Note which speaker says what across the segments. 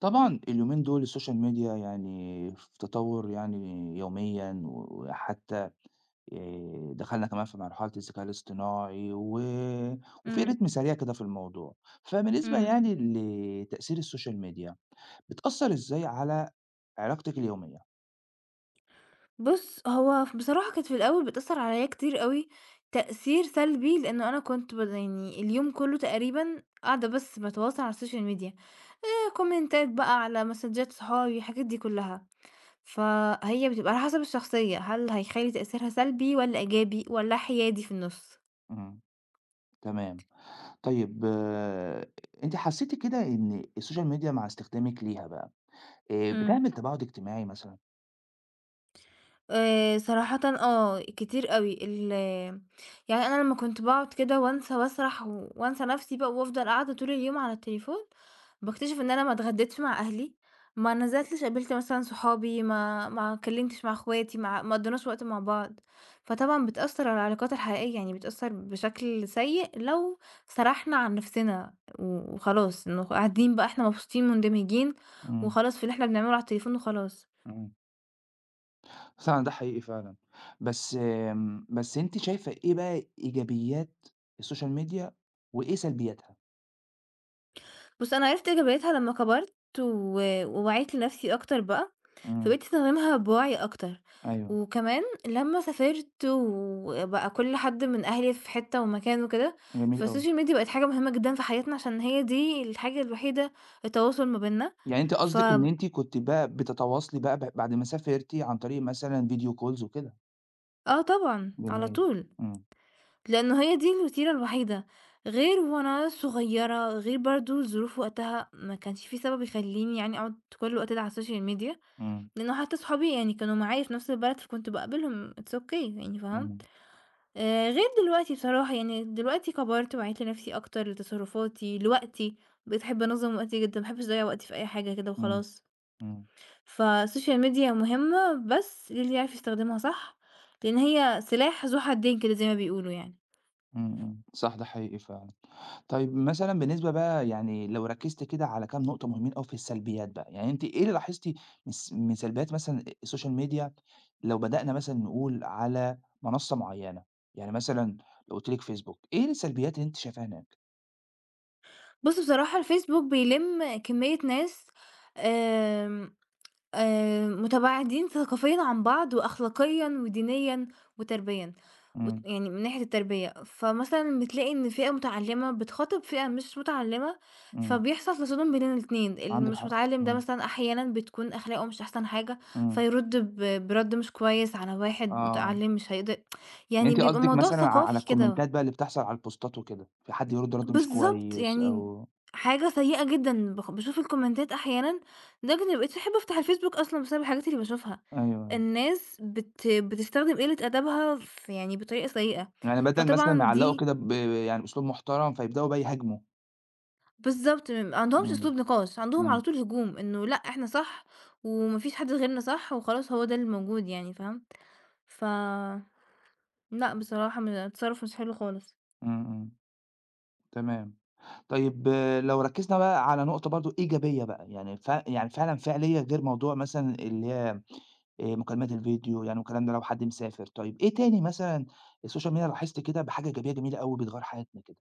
Speaker 1: طبعًا اليومين دول السوشيال ميديا يعني في تطور يعني يوميًا، وحتى دخلنا كمان في مرحلة الذكاء الاصطناعي و وفي
Speaker 2: إمم،
Speaker 1: رتم سريع كده في الموضوع. فبالنسبة
Speaker 2: إمم.
Speaker 1: يعني لتأثير السوشيال ميديا، بتأثّر إزاي على علاقتِك اليومية؟
Speaker 2: بُص، هو بصراحة كانت في الأول بتأثّر عليَّ كتير أوي تأثير سلبي، لإنه أنا كنت يعني اليوم كلّه تقريبًا قاعدة بس باتواصل على السوشيال ميديا، كومنتات بقى على مسدجات صحابي، الحاجات دي كلّها. فهي بتبقى على حسب الشخصية، هل هيخلّي تأثيرها سلبي والّا إيجابي والّا حيادي في النُص؟
Speaker 1: إمم، تمام. طيب آه، أنتِ حسّيتِ كده إن السوشيال ميديا مع استخدامِك ليها بقى،
Speaker 2: إمم.
Speaker 1: بتعمل تباعد اجتماعي مثلًا؟
Speaker 2: صراحةً آه، كتير أوي، يعني أنا لمّا كنت باقعد كده وانسى واسرح وانسى نفسي بقى وافضل قاعدة طول اليوم على التليفون، باكتشف إن أنا ما اتغديتش مع أهلي، ما نزلتش قابلت مثلًا صحابي، ما اتكلمتش مع اخواتي، ما قضيناش وقت مع بعض، فطبعًا بتأثر على العلاقات الحقيقية، يعني بتأثر بشكل سيء لو سرحنا عن نفسنا وخلاص إنه قاعدين بقى إحنا مبسوطين مندمجين
Speaker 1: إمم،
Speaker 2: وخلاص في اللي إحنا بنعمله على التليفون وخلاص.
Speaker 1: إمم. فعلًا ده حقيقي فعلًا، بس أنتِ شايفة إيه بقى إيجابيات السوشيال ميديا وإيه سلبياتها؟
Speaker 2: بُص، أنا عرفت إيجابيتها لمّا كبرت و ووعيت لنفسي أكتر بقى،
Speaker 1: إمم،
Speaker 2: فبقيت أستخدمها بوعي أكتر،
Speaker 1: أيوه،
Speaker 2: وكمان لمّا سافرت وبقى كل حد من أهلي في حتة ومكان وكده،
Speaker 1: جميل أوي،
Speaker 2: فالسوشيال ميديا بقت حاجة مهمة جدًا في حياتنا عشان هي دي الحاجة الوحيدة التواصل ما بيننا.
Speaker 1: يعني أنتِ
Speaker 2: ف
Speaker 1: قصدِك إن أنتِ كنتِ بقى بتتواصلي بقى ب بعد ما سافرتِ عن طريق مثلًا video calls وكده،
Speaker 2: آه طبعًا، على
Speaker 1: جميل،
Speaker 2: طول،
Speaker 1: إمم،
Speaker 2: لأنه هي دي الوسيلة الوحيدة، غير وأنا صغيرة، غير برضه الظروف وقتها ما كانش في سبب يخلّيني يعني أقعد كل الوقت ده على السوشيال ميديا،
Speaker 1: إمم،
Speaker 2: لإنه حتى صحابي يعني كانوا معايا في نفس البلد، فكنت باقابلهم it's okay، يعني فهمت؟
Speaker 1: إمم،
Speaker 2: غير دلوقتي بصراحة، يعني دلوقتي كبرت وعيت لنفسي أكتر لتصرفاتي، لوقتي، بقيت أحب أنظّم وقتي جدًا، ما باحبش أضيّع وقتي في أي حاجة كده
Speaker 1: إمم،
Speaker 2: وخلاص.
Speaker 1: إمم،
Speaker 2: فالسوشيال ميديا مهمة، بس اللي يعرف يستخدمها صح، لإن هي سلاح ذو حدين كده زي ما بيقولوا يعني.
Speaker 1: إمم، إمم، صح ده حقيقي فعلًا. طيب مثلًا بالنسبة بقى يعني لو ركّزتِ كده على كام نقطة مهمين أوي في السلبيات بقى، يعني أنتِ إيه اللي لاحظتِ من س من سلبيات مثلًا السوشيال ميديا لو بدأنا مثلًا نقول على منصة معيّنة، يعني مثلًا لو قُلت لِك فيسبوك، إيه السلبيات اللي أنتِ شايفاها هناك؟
Speaker 2: بُص بصراحة الفيسبوك بيلِم كمية ناس آمم متباعدين ثقافيًا عن بعض، وأخلاقيًا، ودينيًا، وتربيًا،
Speaker 1: إمم،
Speaker 2: يعني من ناحية التربية، فمثلًا بتلاقي إن فئة متعلمة بتخاطب فئة مش متعلمة،
Speaker 1: إمم،
Speaker 2: فبيحصل تصادم بين الاتنين، اللي
Speaker 1: عندِك
Speaker 2: مش
Speaker 1: حق،
Speaker 2: متعلم ده
Speaker 1: إمم،
Speaker 2: مثلًا أحيانًا بتكون أخلاقه مش أحسن حاجة،
Speaker 1: إمم،
Speaker 2: فيرد برد مش كويس على واحد
Speaker 1: آه،
Speaker 2: متعلم مش هيقدر،
Speaker 1: يعني
Speaker 2: يعني
Speaker 1: أنتِ
Speaker 2: بيبقى
Speaker 1: قصدِك
Speaker 2: الموضوع
Speaker 1: مثلًا ع على
Speaker 2: ثقافي كده.
Speaker 1: الكومنتات بقى اللي بتحصل على البوستات وكده، في حد يرُد رَد مش
Speaker 2: بالضبط،
Speaker 1: كويس
Speaker 2: يعني
Speaker 1: أو
Speaker 2: حاجة سيئة جدًا، باشوف الكومنتات أحيانًا لدرجة إني ما بقيتش أحب أفتح الفيسبوك أصلًا بسبب الحاجات اللي باشوفها،
Speaker 1: أيوه، أيوه،
Speaker 2: الناس بتستخدم قلة أدبها في، يعني بطريقة سيئة،
Speaker 1: يعني بدل مثلًا ما
Speaker 2: فطبعًا
Speaker 1: يعلّقوا
Speaker 2: دي
Speaker 1: كده ب يعني بأسلوب محترم فيبدأوا بقى يهاجموا،
Speaker 2: بالضبط، ما عندهمش
Speaker 1: إمم،
Speaker 2: أسلوب نقاش، عندهم على
Speaker 1: إمم.
Speaker 2: طول هجوم إنه لأ إحنا صح وما فيش حد غيرنا صح وخلاص هو ده اللي موجود يعني، فاهم؟ ف لأ بصراحة تصرُّف مش حلو خالص.
Speaker 1: إمم، إمم، تمام. طيب لو ركّزنا بقى على نقطة برضه إيجابية بقى، يعني ف يعني فعلًا فعلية غير موضوع مثلًا اللي هي مكالمات الفيديو يعني والكلام ده لو حد مسافر، طيب إيه تاني مثلًا السوشيال ميديا لاحظت كده بحاجة إيجابية جميلة أوي بتغيّر حياتنا كده؟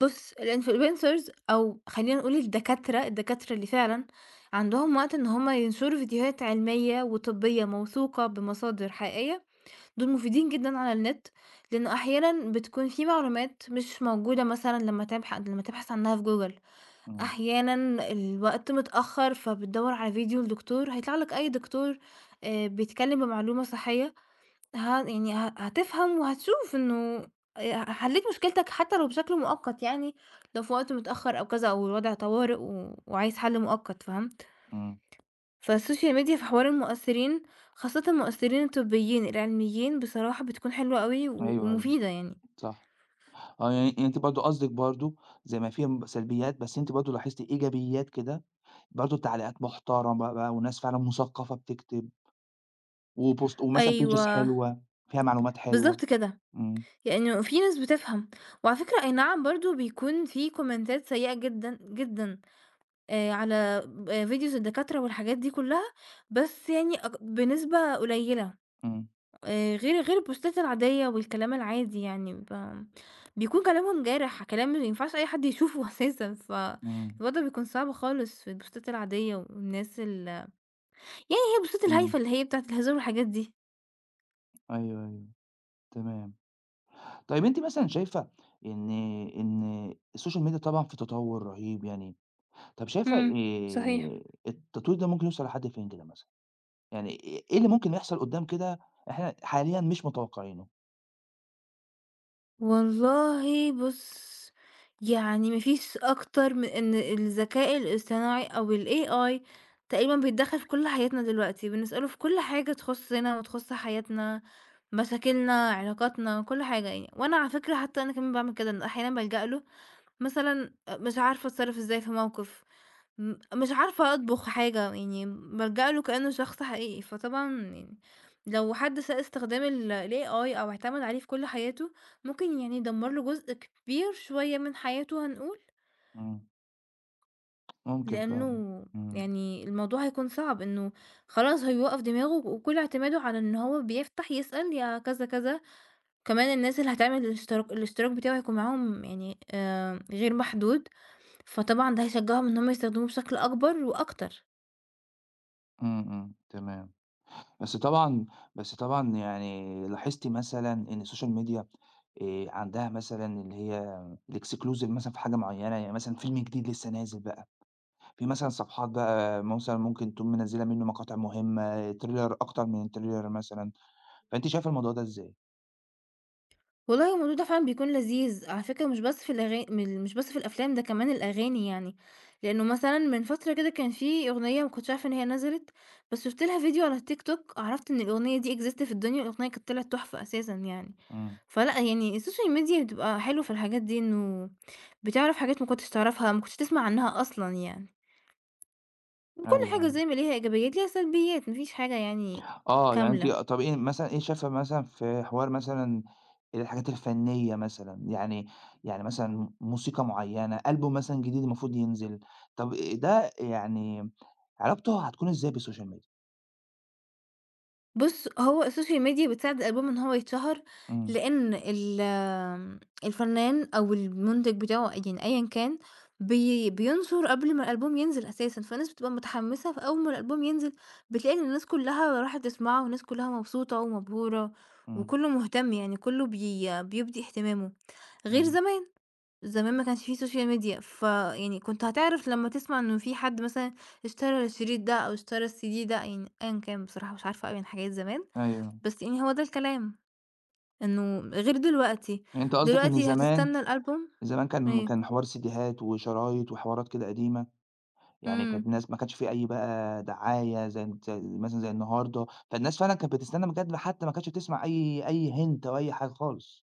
Speaker 2: بُص الinfluencers أو خلّينا نقول الدكاترة، الدكاترة اللي فعلًا عندهم وقت إن هم ينشروا فيديوهات علمية وطبية موثوقة بمصادر حقيقية، دول مفيدين جدًا على النت، لإنه أحيانًا بتكون في معلومات مش موجودة مثلًا لمّا تبحث عنها في جوجل،
Speaker 1: إمم،
Speaker 2: أحيانًا الوقت متأخر فبتدوّر على فيديو لدكتور هيطلع لك أي دكتور بيتكلم بمعلومة صحية، ه يعني ه هتفهم وهتشوف إنه حلّيت مشكلتك حتى لو بشكل مؤقت يعني، لو في وقت متأخّر أو كذا أو الوضع طوارئ وعايز حل مؤقت فهمت؟
Speaker 1: إمم،
Speaker 2: فالسوشيال ميديا في حوار المؤثرين، خاصةً المؤثرين الطبيين العلميين بصراحة بتكون حلوة أوي و
Speaker 1: أيوه، أيوه،
Speaker 2: ومفيدة يعني.
Speaker 1: صح. آه، يعني أنتِ برضه قصدِك برضه زي ما في م سلبيات، بس أنتِ برضه لاحظتِ إيجابيات كده، برضه تعليقات محترمة بقى وناس فعلًا مثقفة بتكتب وبوست ومثلًا pages
Speaker 2: أيوه،
Speaker 1: حلوة، فيها معلومات حلوة.
Speaker 2: بالضبط كده،
Speaker 1: إمم،
Speaker 2: لإنه في ناس بتفهم، وعلى فكرة أي نعم برضه بيكون في كومنتات سيئة جدًا، جدًا، على فيديوز الدكاترة والحاجات دي كلّها، بس يعني بنسبة قليلة.
Speaker 1: إمم.
Speaker 2: غير البوستات العادية والكلام العادي يعني بيكون كلامهم جارح، كلام ما ينفعش أي حد يشوفه أساسًا،
Speaker 1: إمم،
Speaker 2: فالوضع بيكون صعب خالص في البوستات العادية والناس ال، هي البوستات
Speaker 1: إمم،
Speaker 2: الهايفة اللي هي بتاعة الهزار والحاجات دي.
Speaker 1: أيوه، أيوه، تمام. طيب أنتِ مثلًا شايفة إن إن السوشيال ميديا طبعًا في تطوُّر رهيب يعني، طب شايفة
Speaker 2: إمم، صحيح.
Speaker 1: التطوير ده ممكن يوصل لحد فين كده مثلًا؟ يعني إيه اللي ممكن يحصل قدّام كده إحنا حاليًا مش متوقعينه؟
Speaker 2: والله بُص، يعني ما فيش أكتر من إن الذكاء الاصطناعي أو الAI تقريبًا بيتدخّل في كل حياتنا دلوقتي، بنسأله في كل حاجة تخصنا وتخص حياتنا، مشاكلنا، علاقاتنا، كل حاجة يعني، وأنا على فكرة حتى أنا كمان باعمل كده، أنا أحيانًا بالجأ له مثلًا، مش عارفة أتصرّف إزاي في موقف، مش عارفة أطبخ حاجة، يعني بالجأ له كإنه شخص حقيقي، فطبعًا يعني لو حد ساء استخدام الAI أو اعتمد عليه في كل حياته، ممكن يعني يدمّر له جزء كبير شوية من حياته هنقول،
Speaker 1: إمم، ممكن فعلًا،
Speaker 2: لإنه
Speaker 1: إمم،
Speaker 2: يعني الموضوع هيكون صعب إنه خلاص هيوقّف دماغه وكل اعتماده على إن هو بيفتح يسأل يا كذا، كذا، كمان الناس اللي هتعمل الاشتراك بتاعه هيكون معاهم يعني غير محدود. فطبعًا ده هيشجّعهم إن هم يستخدموه بشكل أكبر وأكتر.
Speaker 1: إمم، إمم، تمام. بس طبعًا بس طبعًا يعني لاحظتِ مثلًا إن السوشيال ميديا عندها مثلًا اللي هي الexclusive مثلًا في حاجة معيّنة، يعني مثلًا فيلم جديد لسه نازل بقى في مثلًا صفحات بقى مثلًا ممكن تقوم منزّلة منه مقاطع مهمة، تريلر أكتر من تريلر مثلًا، فأنتِ شايفة الموضوع ده إزاي؟
Speaker 2: والله الموضوع ده فعلًا بيكون لذيذ، على فكرة مش بس في الأغا م مش بس في الأفلام، ده كمان الأغاني يعني، لإنه مثلًا من فترة كده كان في أغنية ما كنتش عارفة إن هي نزلت، بس شُفت لها فيديو على التيك توك عرفت إن الأغنية دي exist في الدنيا، الأغنية كانت طلعت تحفة أساسًا يعني.
Speaker 1: إمم،
Speaker 2: فلأ يعني السوشيال ميديا بتبقى حلو في الحاجات دي، إنه بتعرف حاجات ما كنتش تعرفها، ما كنتش تسمع عنها أصلًا يعني. وكل
Speaker 1: أيوه،
Speaker 2: حاجة
Speaker 1: أيوه،
Speaker 2: زي ما ليها إيجابيات ليها سلبيات، ما فيش حاجة يعني
Speaker 1: آه، يعني أنتِ
Speaker 2: كاملة.
Speaker 1: طب إيه مثلًا إيه شايفة مثلًا في حوار مثلًا الحاجات الفنية مثلًا، يعني يعني مثلًا موسيقى معيّنة، ألبوم مثلًا جديد المفروض ينزل، طب ده يعني علاقته هتكون إزاي بالسوشيال ميديا؟
Speaker 2: بُص، هو السوشيال ميديا بتساعد الألبوم إن هو يتشهر،
Speaker 1: إمم،
Speaker 2: لإن ال آمم، الفنان أو المُنتِج بتاعه يعني أيًا كان، بينشر قبل ما الألبوم ينزل أساسًا، فالناس بتبقى متحمسة، فأول ما الألبوم ينزل بتلاقي إن الناس كلها راحت تسمعه، والناس كلها مبسوطة ومبهورة،
Speaker 1: إمم،
Speaker 2: وكله مهتم يعني كله بيُبدي اهتمامه، غير
Speaker 1: إمم،
Speaker 2: زمان. زمان ما كانش في سوشيال ميديا، فيعني كنت هتعرف لمّا تسمع إنه في حد مثلًا اشترى الشريط ده أو اشترى الCD ده، يعني أيًا كان بصراحة مش عارفة أوي عن حاجات زمان،
Speaker 1: أيوه،
Speaker 2: بس يعني هو ده الكلام، إنه غير دلوقتي،
Speaker 1: يعني أنتِ قصدِك إن
Speaker 2: دلوقتي
Speaker 1: زمان
Speaker 2: هتستنى الألبوم.
Speaker 1: زمان كان
Speaker 2: إيه.
Speaker 1: كان حوار سيديهات وشرايط وحوارات كده قديمة يعني كانت
Speaker 2: إمم،
Speaker 1: الناس ما كانش في أي بقى دعاية زي ن زي مثلًا زي النهارده، فالناس فعلًا كانت بتستنى بجد حتى ما كانتش بتسمع أي hint أو أي حاجة خالص.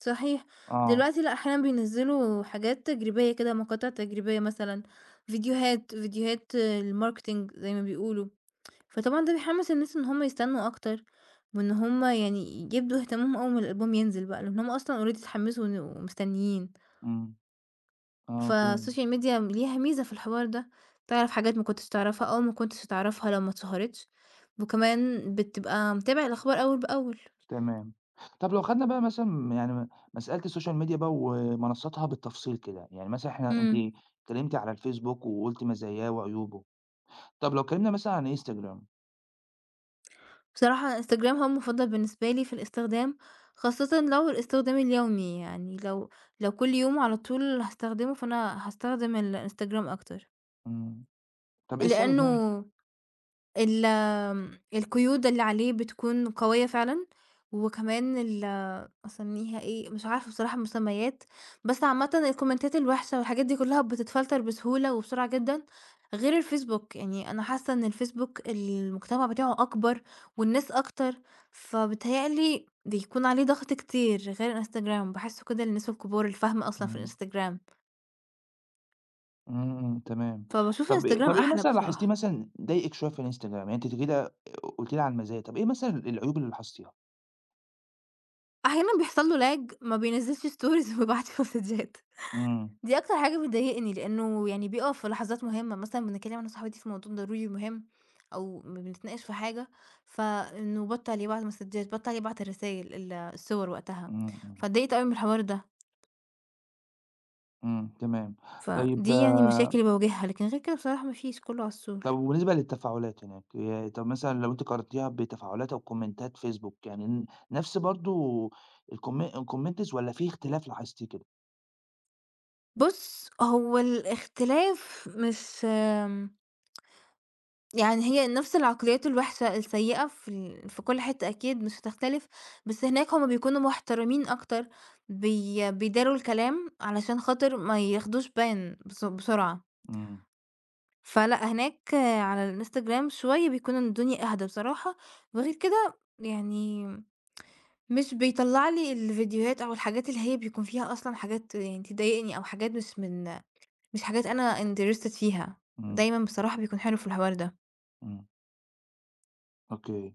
Speaker 2: صحيح.
Speaker 1: آه،
Speaker 2: دلوقتي لأ أحيانًا بينزّلوا حاجات تجريبية كده، مقاطع تجريبية مثلًا، فيديوهات الmarketing زي ما بيقولوا. فطبعًا ده بيحمّس الناس إن هُم يستنوا أكتر، وإن هُم يعني يبدوا اهتمامهم أول ما الألبوم ينزل بقى، لإن هُم أصلًا already اتحمّسوا ومستنيين.
Speaker 1: إمم، أوكي،
Speaker 2: فالسوشيال ميديا ليها ميزة في الحوار ده، تعرف حاجات ما كنتش تعرفها أو ما كنتش هتعرفها لو ما اتشهرتش، وكمان بتبقى متابع الأخبار أول بأول.
Speaker 1: تمام. طب لو خدنا بقى مثلًا يعني م مسألة السوشيال ميديا بقى ومنصاتها بالتفصيل كده، يعني مثلًا إحنا أنتِ
Speaker 2: إمم.
Speaker 1: اتكلمتِ على الفيسبوك وقُلتِ مزاياه وعيوبه، طب لو اتكلمنا مثلًا عن إنستجرام،
Speaker 2: بصراحة Instagram هو المفضل بالنسبة لي في الاستخدام، خاصةً لو الاستخدام اليومي، يعني لو كل يوم على طول هاستخدمه، فأنا هاستخدم الInstagram أكتر،
Speaker 1: إمم، طب إيه السبب
Speaker 2: لإنه
Speaker 1: يعني؟
Speaker 2: ال آمم، القيود اللي عليه بتكون قوية فعلًا، وكمان أسميها إيه، مش عارفة بصراحة المسميات، بس عامةً الكومنتات الوحشة والحاجات دي كلها بتتفلتر بسهولة وبسرعة جدًا، غير الفيسبوك، يعني أنا حاسة إن الفيسبوك المجتمع بتاعه أكبر والناس أكتر، فبيتهيأ لي بيكون عليه ضغط كتير، غير الإنستجرام، باحسه كده للناس الكبار الفاهمة أصلًا في
Speaker 1: إمم.
Speaker 2: الإنستجرام،
Speaker 1: إمم، إمم، تمام.
Speaker 2: فباشوف
Speaker 1: طب إيه
Speaker 2: الإنستجرام
Speaker 1: طب إيه
Speaker 2: أحلى
Speaker 1: مثلًا لاحظتيه
Speaker 2: بصراحة.
Speaker 1: مثلًا ضايقِك شوية في الإنستجرام؟ يعني أنتِ كده قُلتِ لي على المزايا، طب إيه مثلًا العيوب اللي لاحظتيها؟
Speaker 2: أحيانًا بيحصل له lag، ما بينزلش stories وبيبعت مسدجات.
Speaker 1: إمم،
Speaker 2: دي أكتر حاجة بتضايقني، لإنه يعني بيقف في لحظات مهمة، مثلًا بنتكلم أنا وصاحبتي في موضوع ضروري مهم أو بنتناقش في حاجة، فإنه بطّل يبعت مسدجات، بطّل يبعت الرسايل، الصور وقتها،
Speaker 1: إمم، إمم،
Speaker 2: فاتضايقت أوي من الحوار ده،
Speaker 1: إمم، تمام. طيب
Speaker 2: فدي يعني المشاكل
Speaker 1: آه،
Speaker 2: اللي باواجهها، لكن غير كده بصراحة ما فيش، كله على السول.
Speaker 1: طب وبالنسبة للتفاعلات هناك، ي طب مثلًا لو أنتِ قارنتيها بتفاعلات أو كومنتات فيسبوك، يعني ن نفس برضه الكوم الcommenters والّا في اختلاف لاحظتيه كده؟
Speaker 2: بُص، هو الاختلاف مش، يعني هي نفس العقليات الوحشة السيئة في كل حتّة أكيد مش هتختلف، بس هناك هُم بيكونوا محترمين أكتر، بيداروا الكلام علشان خاطر ما ياخدوش بس بسرعة،
Speaker 1: إمم،
Speaker 2: فلأ هناك على الإنستجرام شوية بيكون الدنيا أهدى بصراحة، وغير كده يعني مش بيطلّع لي الفيديوهات أو الحاجات اللي هي بيكون فيها أصلًا حاجات يعني تضايقني أو حاجات مش حاجات أنا interested فيها،
Speaker 1: إمم،
Speaker 2: دايمًا بصراحة بيكون حلو في الحوار ده.
Speaker 1: إمم، أوكي.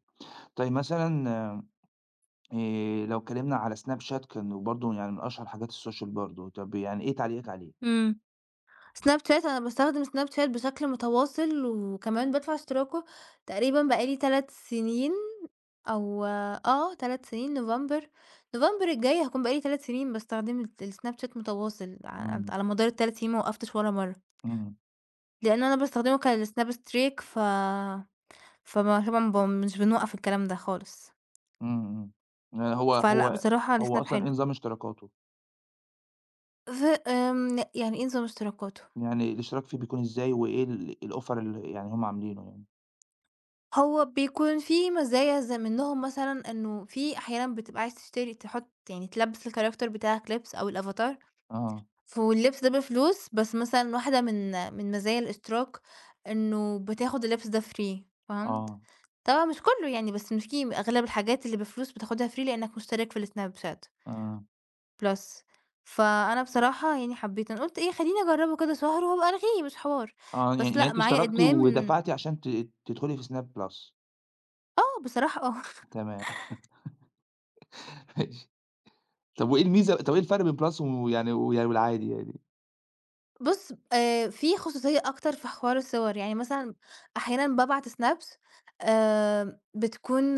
Speaker 1: طيب مثلًا لو اتكلمنا على سناب شات كانوا برضه يعني من أشهر حاجات السوشيال برضه، طب يعني إيه تعليقِك عليه؟
Speaker 2: إمم. سناب شات، أنا باستخدم سناب شات بشكل متواصل، وكمان بادفع اشتراكه تقريبًا بقى لي 3 سنين، أو آه 3 سنين نوفمبر الجاي هاكون بقى لي 3 سنين باستخدم السناب شات متواصل، ع
Speaker 1: إمم،
Speaker 2: على مدار ال3 سنين ما وقفتش ولا مرة،
Speaker 1: إمم،
Speaker 2: لأن أنا باستخدمه كالسناب ستريك، فما طبعًا مش بنوقّف الكلام ده خالص،
Speaker 1: إمم، إمم، هو
Speaker 2: فلأ
Speaker 1: هو
Speaker 2: بصراحة
Speaker 1: هو
Speaker 2: السناب
Speaker 1: أصلًا
Speaker 2: حلو.
Speaker 1: إيه نظام اشتراكاته؟
Speaker 2: ف آمم، يعني إيه نظام اشتراكاته؟
Speaker 1: يعني الاشتراك فيه بيكون إزاي وإيه ال الoffer اللي يعني هُم عاملينه يعني؟
Speaker 2: هو بيكون في مزايا زي منهم مثلًا إنه في أحيانًا بتبقى عايز تشتري تحط يعني تلبّس الcharacter بتاعك لبس أو الأفاتار،
Speaker 1: آه،
Speaker 2: واللبس ده بفلوس، بس مثلًا واحدة من مزايا الاشتراك إنه بتاخد اللبس ده free، فهمت؟
Speaker 1: آه،
Speaker 2: طبعًا مش كلّه يعني، بس إن في أغلب الحاجات اللي بفلوس بتاخدها free لإنك مشترك في الSnapchat
Speaker 1: آه،
Speaker 2: Plus. فأنا بصراحة يعني حبيت، أنا قُلت إيه خلّيني أجرّبه كده شهر وهابقى ألغيه مش حوار،
Speaker 1: آه، يعني
Speaker 2: بس
Speaker 1: يعني
Speaker 2: لأ
Speaker 1: أنتِ
Speaker 2: معايا
Speaker 1: اشتركتِ
Speaker 2: إدمان
Speaker 1: ودفعتِ عشان ت تدخلي في سناب بلس،
Speaker 2: آه بصراحة آه.
Speaker 1: تمام ماشي، طب وإيه الميزة طب إيه الفرق بين بلس ويعني والعادي يعني؟
Speaker 2: بُص، في خصوصية أكتر في حوار الصور، يعني مثلًا أحيانًا بابعت سنابس، بتكون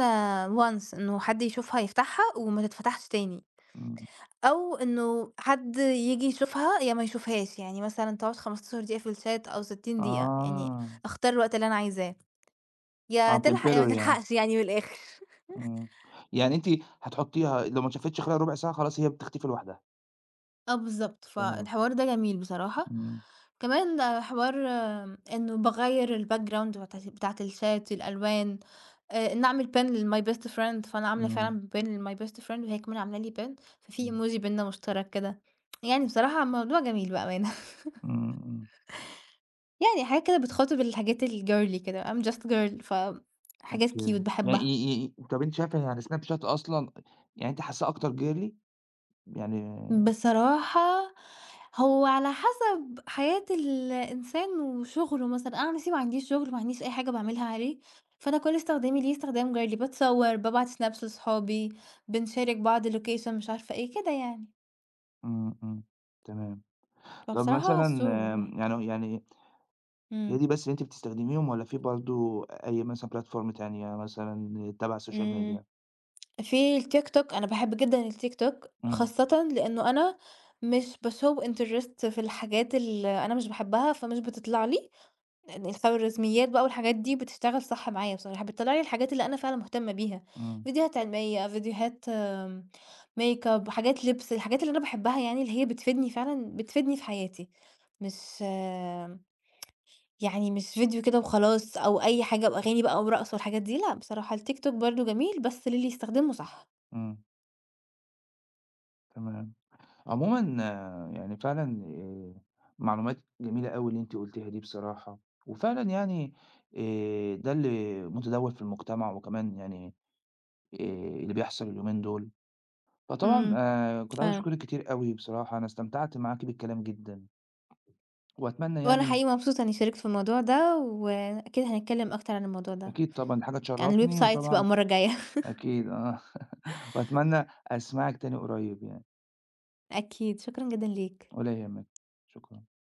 Speaker 2: once إنه حد يشوفها يفتحها وما تتفتحش تاني،
Speaker 1: إمم،
Speaker 2: أو إنه حد ييجي يشوفها يا ما يشوفهاش، يعني مثلًا تقعد 15 دقيقة في الشات أو 60 دقيقة، يعني
Speaker 1: آه،
Speaker 2: أختار الوقت اللي أنا عايزاه، يا
Speaker 1: آه
Speaker 2: تلحق يا ما
Speaker 1: temporary يعني.
Speaker 2: تلحقش يعني من الآخر.
Speaker 1: إمم، يعني أنتِ هتحطّيها لو ما اتشافتش خلال ربع ساعة خلاص هي بتختفي لوحدها،
Speaker 2: آه بالضبط،
Speaker 1: تمام،
Speaker 2: فالحوار ده جميل بصراحة.
Speaker 1: إمم،
Speaker 2: كمان ده حوار آمم، إنه باغيّر الbackground بتاعة الشات، الألوان، إن أعمل pin لmy best friend، فأنا عاملة
Speaker 1: إمم،
Speaker 2: فعلًا pin لmy best friend وهي كمان عاملة لي pin، ففي
Speaker 1: إمم،
Speaker 2: emoji بيننا مشترك كده، يعني بصراحة الموضوع جميل بأمانة
Speaker 1: إمم، إمم،
Speaker 2: يعني حاجات كده بتخاطب الحاجات الgirly كده I'm just girl، حاجات cute
Speaker 1: أوكي، يعني
Speaker 2: باحبها.
Speaker 1: ي ي طَب أنتِ شايفة يعني Snap Chat أصلًا يعني أنتِ حاسّاه أكتر girly يعني
Speaker 2: بصراحة هو على حسب حياة الإنسان وشغله مثلًا، أنا عن نفسي ما عنديش شغل، ما عنديش أي حاجة باعملها عليه، فأنا كل استخدامي ليه استخدام جارلي، باتصور، بابعت snaps لصحابي، بنشارك بعض location، مش عارفة إيه، كده يعني.
Speaker 1: إمم، إمم، تمام، طَب
Speaker 2: فبصراحة على
Speaker 1: مثلًا
Speaker 2: الصور والله.
Speaker 1: يعني يعني هي
Speaker 2: إمم.
Speaker 1: دي بس اللي أنتِ بتستخدميهم والّا في برضه أي مثلًا platform تانية مثلًا تبع السوشيال
Speaker 2: إمم.
Speaker 1: ميديا؟
Speaker 2: في التيك توك، أنا باحب جدًا التيك توك،
Speaker 1: إمم،
Speaker 2: خاصةً لإنه أنا مش بashow interest في الحاجات اللي أنا مش باحبها، فمش بتطلع لي. لأن الخوارزميات بقى والحاجات دي بتشتغل صح معايا بصراحة، بتطلّع لي الحاجات اللي أنا فعلًا مهتمة بيها،
Speaker 1: إمم،
Speaker 2: فيديوهات علمية، فيديوهات makeup، حاجات لبس، الحاجات اللي أنا باحبها يعني اللي هي بتفيدني فعلًا بتفيدني في حياتي، مش آم، يعني مش فيديو كده وخلاص أو أي حاجة وأغاني بقى ورقص والحاجات دي لأ، بصراحة التيك توك برضه جميل بس للي يستخدمه صح.
Speaker 1: إمم، تمام. عمومًا آه، يعني فعلًا معلومات جميلة أوي اللي أنتِ قُلتيها دي بصراحة، وفعلًا يعني ده اللي متداول في المجتمع وكمان يعني آآ اللي بيحصل اليومين دول، فطبعًا
Speaker 2: إمم،
Speaker 1: كنت عايز
Speaker 2: فعلًا.
Speaker 1: أشكرِك كتير أوي بصراحة، أنا استمتعت معاكِ بالكلام جدًا، وأتمنى
Speaker 2: وأنا
Speaker 1: يعني
Speaker 2: حقيقي مبسوطة إني شاركت في الموضوع ده، وأكيد هنتكلم أكتر عن الموضوع ده،
Speaker 1: أكيد طبعًا حاجة
Speaker 2: عن
Speaker 1: تشرفني
Speaker 2: الwebsites بقى
Speaker 1: وطبعًا
Speaker 2: المرة الجاية
Speaker 1: أكيد آه، وأتمنى أسمعِك تاني قريب يعني،
Speaker 2: أكيد، شكرًا جدًا ليك.
Speaker 1: ولا يهمِك، شكرًا.